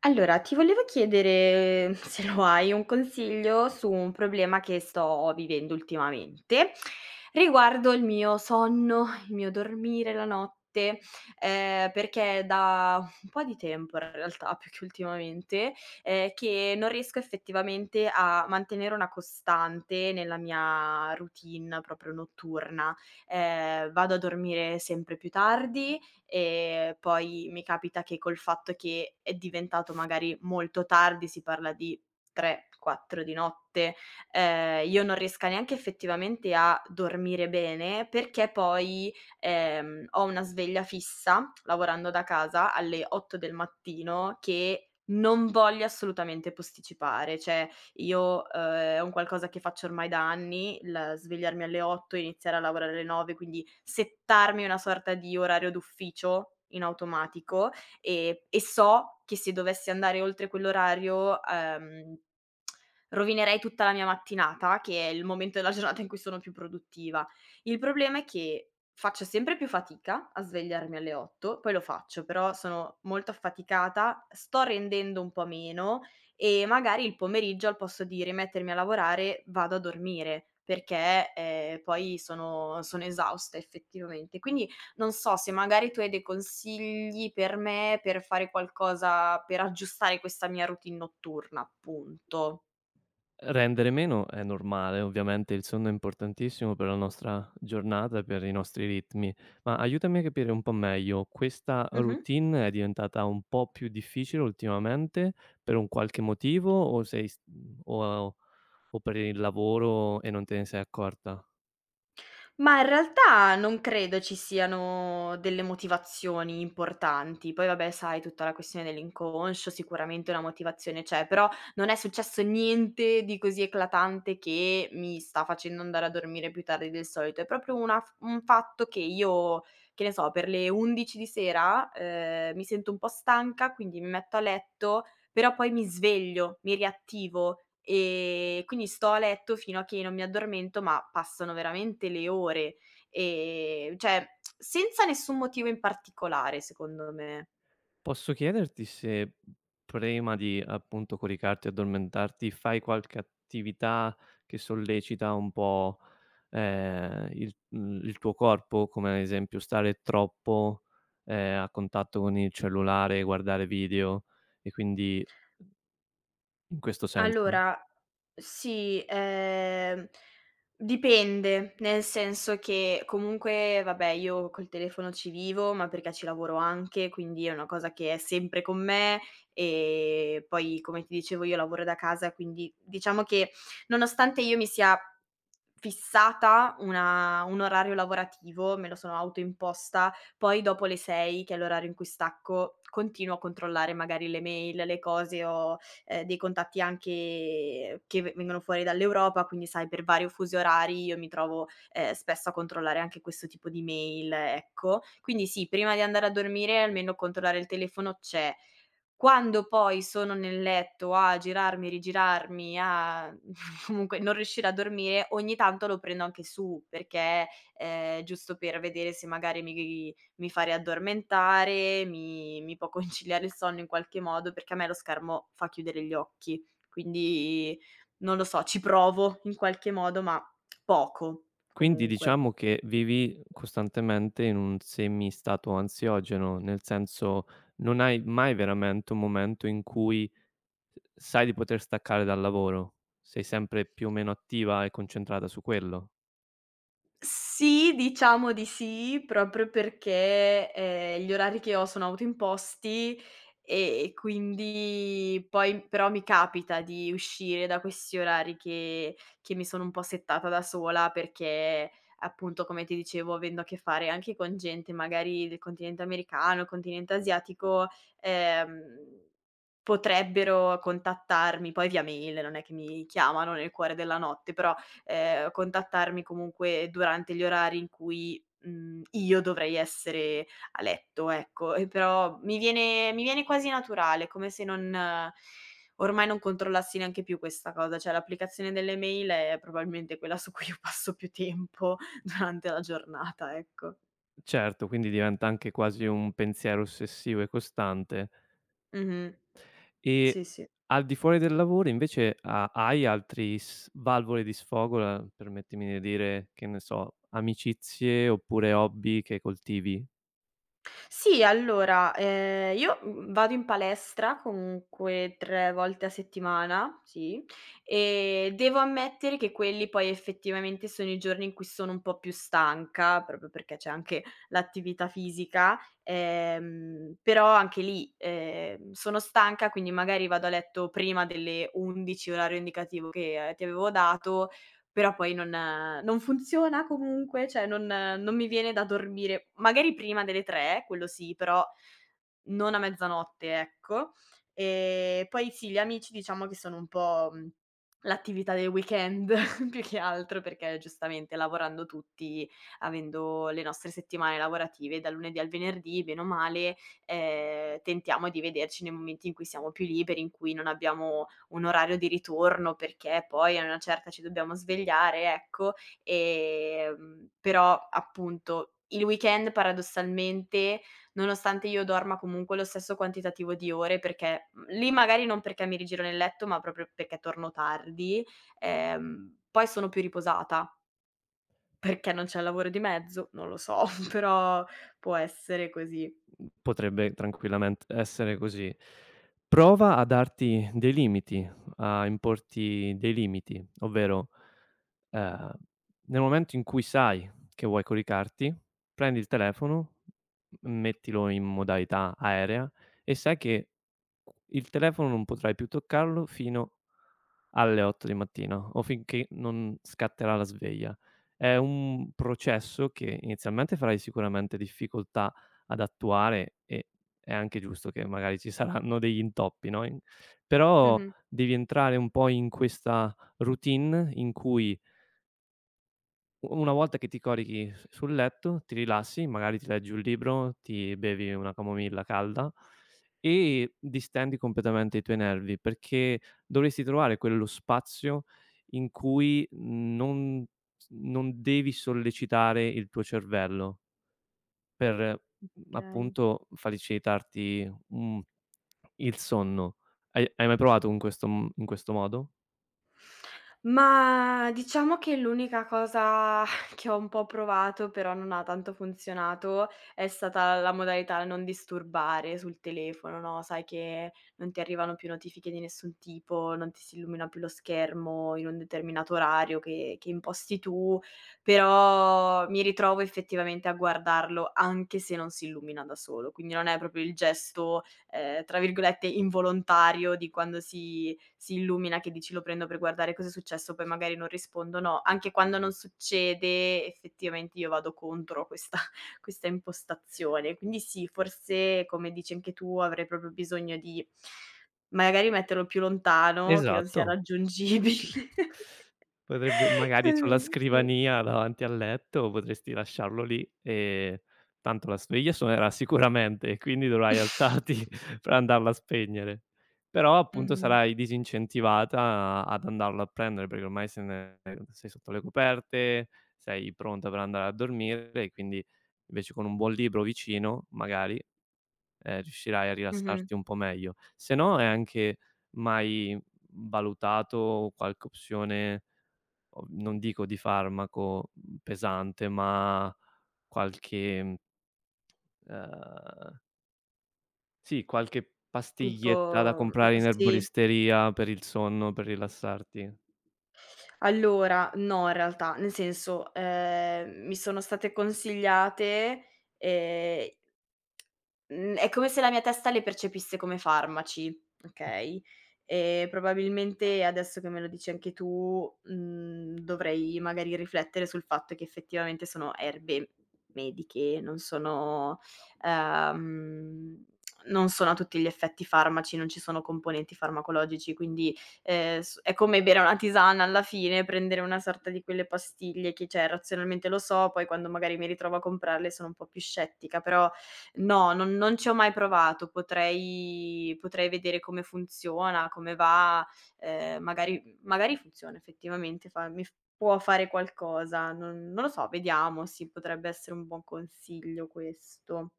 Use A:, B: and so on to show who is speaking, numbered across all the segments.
A: Allora, ti volevo chiedere, se lo hai, un consiglio su un problema che sto vivendo ultimamente, riguardo il mio sonno, il mio dormire la notte, perché da un po' di tempo in realtà, più che ultimamente, che non riesco effettivamente a mantenere una costante nella mia routine proprio notturna. Vado a dormire sempre più tardi. Poi mi capita che, col fatto che è diventato magari molto tardi, si parla di 3, 4 di notte, io non riesca neanche effettivamente a dormire bene perché poi, ho una sveglia fissa, lavorando da casa, alle 8 del mattino, che non voglio assolutamente posticipare. Cioè io, è un qualcosa che faccio ormai da anni, il svegliarmi alle 8 e iniziare a lavorare alle 9, quindi settarmi una sorta di orario d'ufficio in automatico, e so che se dovessi andare oltre quell'orario, rovinerei tutta la mia mattinata, che è il momento della giornata in cui sono più produttiva. Il problema è che faccio sempre più fatica a svegliarmi alle 8, poi lo faccio, però sono molto affaticata, sto rendendo un po' meno, e magari il pomeriggio, al posto di rimettermi a lavorare, vado a dormire perché, poi sono esausta effettivamente. Quindi non so se magari tu hai dei consigli per me, per fare qualcosa per aggiustare questa mia routine notturna, appunto.
B: Rendere meno è normale, ovviamente il sonno è importantissimo per la nostra giornata e per i nostri ritmi, ma aiutami a capire un po' meglio, questa
A: Mh-mh.
B: routine è diventata un po' più difficile ultimamente per un qualche motivo o o per il lavoro e non te ne sei accorta?
A: Ma in realtà non credo ci siano delle motivazioni importanti. Poi vabbè, sai, tutta la questione dell'inconscio, sicuramente una motivazione c'è, però non è successo niente di così eclatante che mi sta facendo andare a dormire più tardi del solito. È proprio una f un fatto che io, che ne so, per le 11 di sera, mi sento un po' stanca, quindi mi metto a letto, però poi mi sveglio, mi riattivo, quindi sto a letto fino a che non mi addormento, ma passano veramente le ore, cioè senza nessun motivo in particolare, secondo me.
B: Posso chiederti se prima di, appunto, coricarti e addormentarti fai qualche attività che sollecita un po' il il tuo corpo, come ad esempio stare troppo, a contatto con il cellulare, guardare video e quindi in questo senso.
A: Allora, sì, dipende, nel senso che comunque, vabbè, io col telefono ci vivo, ma perché ci lavoro anche, quindi è una cosa che è sempre con me, e poi, come ti dicevo, io lavoro da casa, quindi diciamo che, nonostante io mi sia fissata una un orario lavorativo, me lo sono autoimposta, poi dopo le 6, che è l'orario in cui stacco, continuo a controllare magari le mail, le cose o dei contatti anche che v vengono fuori dall'Europa, quindi, sai, per vario fusi orari io mi trovo, spesso a controllare anche questo tipo di mail, ecco. Quindi sì, prima di andare a dormire almeno controllare il telefono c'è. Quando poi sono nel letto a girarmi, rigirarmi, a comunque non riuscire a dormire, ogni tanto lo prendo anche su perché, giusto per vedere se magari mi fa riaddormentare, mi può conciliare il sonno in qualche modo, perché a me lo schermo fa chiudere gli occhi. Quindi non lo so, ci provo in qualche modo, ma poco
B: Quindi
A: comunque.
B: diciamo che vivi costantemente in un semistato ansiogeno, nel senso non hai mai veramente un momento in cui s sai di poter staccare dal lavoro, sei sempre più o meno attiva e concentrata su quello.
A: Sì, diciamo di sì, proprio perché, gli orari che ho sono autoimposti, e quindi poi però mi capita di uscire da questi orari che mi sono un po' settata da sola perché, appunto, come ti dicevo, avendo a che fare anche con gente magari del continente americano, continente asiatico, ehm, potrebbero contattarmi poi via mail, non è che mi chiamano nel cuore della notte, però contattarmi comunque durante gli orari in cui, io dovrei essere a letto, ecco. E però mi viene quasi naturale, come se non ormai non controllassi neanche più questa cosa, cioè l'applicazione delle mail è probabilmente quella su cui io passo più tempo durante la giornata, ecco.
B: Certo, quindi diventa anche quasi un pensiero ossessivo e costante.
A: Mh-mh.
B: E
A: Sì, sì.
B: al di fuori del lavoro invece ha hai altri s valvole di sfogo, permettimi di dire, che ne so, amicizie oppure hobby che coltivi?
A: Sì, allora, io, vado in palestra comunque 3 volte a settimana, sì, e devo ammettere che quelli poi effettivamente sono i giorni in cui sono un po' più stanca, proprio perché c'è anche l'attività fisica, però anche lì, sono stanca, quindi magari vado a letto prima delle 11, orario indicativo che ti avevo dato, però poi non non funziona comunque, cioè non non mi viene da dormire magari prima delle 3, quello sì, però non a mezzanotte, ecco. E poi sì, gli amici diciamo che sono un po', l'attività del weekend più che altro, perché giustamente lavorando tutti, avendo le nostre settimane lavorative dal lunedì al venerdì, bene o male, tentiamo di vederci nei momenti in cui siamo più liberi, in cui non abbiamo un orario di ritorno perché poi a una certa ci dobbiamo svegliare, ecco. Però appunto il weekend, paradossalmente, nonostante io dorma comunque lo stesso quantitativo di ore perché, lì magari non perché mi rigiro nel letto, ma proprio perché torno tardi, poi sono più riposata, perché non c'è il lavoro di mezzo, non lo so, però può essere così.
B: Mhmm, potrebbe tranquillamente essere così. Prova a darti dei limiti, a importi dei limiti, ovvero, ehm, nel momento in cui sai che vuoi coricarti, prendi il telefono, mettilo in modalità aerea e sai che il telefono non potrai più toccarlo fino alle 8 di mattina o finché non scatterà la sveglia. È un processo che inizialmente farai sicuramente difficoltà ad attuare e è anche giusto che magari ci saranno degli intoppi, no, in però
A: Mh-mh.
B: devi entrare un po' in questa routine in cui U una volta che ti corichi s sul letto, ti rilassi, magari ti leggi un libro, ti bevi una camomilla calda e distendi completamente i tuoi nervi, perché dovresti trovare quello spazio in cui non s non devi sollecitare il tuo cervello per, mhmm,
A: Okay.
B: appunto facilitarti, mhmm, il sonno. Hai mai provato in questo m in questo modo?
A: Ma diciamo che l'unica cosa che ho un po' provato, però non ha tanto funzionato, è stata la modalità non disturbare sul telefono, no, sai che non ti arrivano più notifiche di nessun tipo, non ti si illumina più lo schermo in un determinato orario che imposti tu, però mi ritrovo effettivamente a guardarlo anche se non si illumina da solo, quindi non è proprio il gesto, tra virgolette "involontario" di quando si illumina, che dici: "Lo prendo per guardare cosa è successo", poi magari non rispondono. Anche quando non succede, effettivamente io vado contro questa questa impostazione. Quindi sì, forse come dici anche tu, avrei proprio bisogno di magari metterlo più lontano, che non sia
B: Esatto.
A: raggiungibile.
B: Potrebbe magari sulla
A: Così, sì.
B: scrivania davanti al letto potresti lasciarlo lì e tanto la sveglia suonerà sicuramente e quindi dovrai alzarti per andarla a spegnere. Però appunto
A: Mh-mh,
B: sarai disincentivata ad andarlo a prendere perché ormai se ne sei sotto le coperte, sei pronta per andare a dormire e quindi invece con un buon libro vicino magari riuscirai a
A: mh-mh.
B: rilassarti un po' meglio. Se no, hai anche mai valutato qualche opzione, o non dico di farmaco, mhmm, pesante, ma qualche, mhmm, ehm, sì, qualche
A: Tipo
B: pastiglietta da comprare in
A: sì.
B: erboristeria per il sonno, per rilassarti?
A: Allora, no, in realtà, nel senso, mi sono state consigliate, ehm Mhmm, è come se la mia testa le percepisse come farmaci,
B: O
A: okay, e probabilmente adesso che me lo dici anche tu, dovrei magari riflettere sul fatto che effettivamente sono erbe mediche, non sono ehm, non sono a tutti gli effetti farmaci, non ci sono componenti farmacologici, quindi, s è come bere una tisana alla fine, prendere una sorta di quelle pastiglie che, cioè, razionalmente lo so, poi quando magari mi ritrovo a comprarle sono un po' più scettica, però no, non ci ho mai provato. Potrei vedere come funziona, come va, magari funziona effettivamente, fa mi f può fare qualcosa, non lo so, vediamo, sì, potrebbe essere un buon consiglio questo.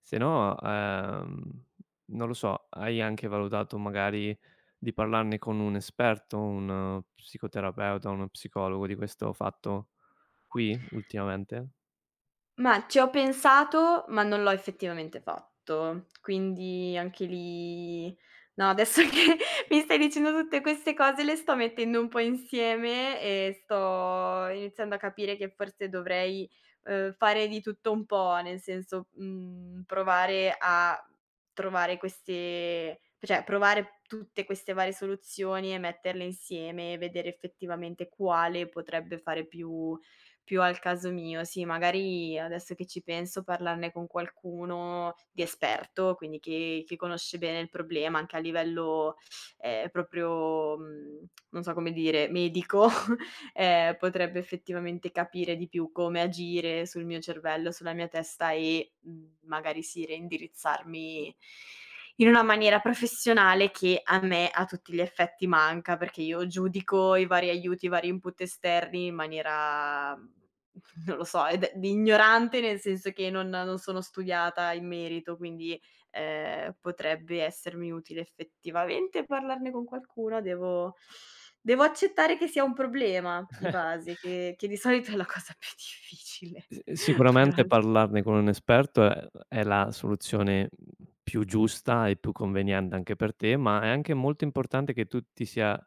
B: se no, non lo so, hai anche valutato magari di parlarne con un esperto, un psicoterapeuta, uno psicologo di questo fatto? Qui ultimamente?
A: Ma ci ho pensato, ma non l'ho effettivamente fatto. Quindi anche lì no, adesso che mi stai dicendo tutte queste cose le sto mettendo un po' insieme e sto iniziando a capire che forse dovrei, fare di tutto un po', nel senso, provare a trovare queste cioè provare tutte queste varie soluzioni e metterle insieme e vedere effettivamente quale potrebbe fare più al caso mio. Sì, magari adesso che ci penso, parlarne con qualcuno di esperto, quindi che conosce bene il problema anche a livello, proprio, non so come dire, medico, potrebbe effettivamente capire di più come agire sul mio cervello, sulla mia testa e, magari sì, reindirizzarmi in una maniera professionale che a me a tutti gli effetti manca, perché io giudico i vari aiuti, i vari input esterni in maniera, non lo so, ed ignorante, nel senso che non sono studiata in merito, quindi, potrebbe essermi utile effettivamente parlarne con qualcuno. Devo accettare che sia un problema di base, che di solito è la cosa più difficile,
B: S
A: però
B: sicuramente
A: sì.
B: parlarne con un esperto è la soluzione, mhmm, più giusta e più conveniente anche per te, ma è anche molto importante che tu ti sia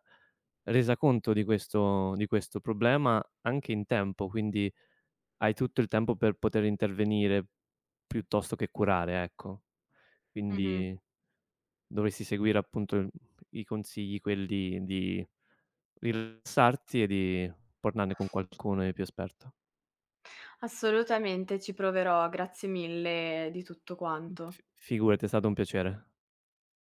B: resa conto di questo problema anche in tempo, quindi hai tutto il tempo per poter intervenire piuttosto che curare, ecco.
A: Mh-mh.
B: Quindi dovresti seguire appunto il i consigli quelli di rilassarti e di parlarne con qualcuno di più esperto.
A: Assolutamente, ci proverò, grazie mille di tutto
B: F
A: quanto.
B: figurati, è stato un piacere.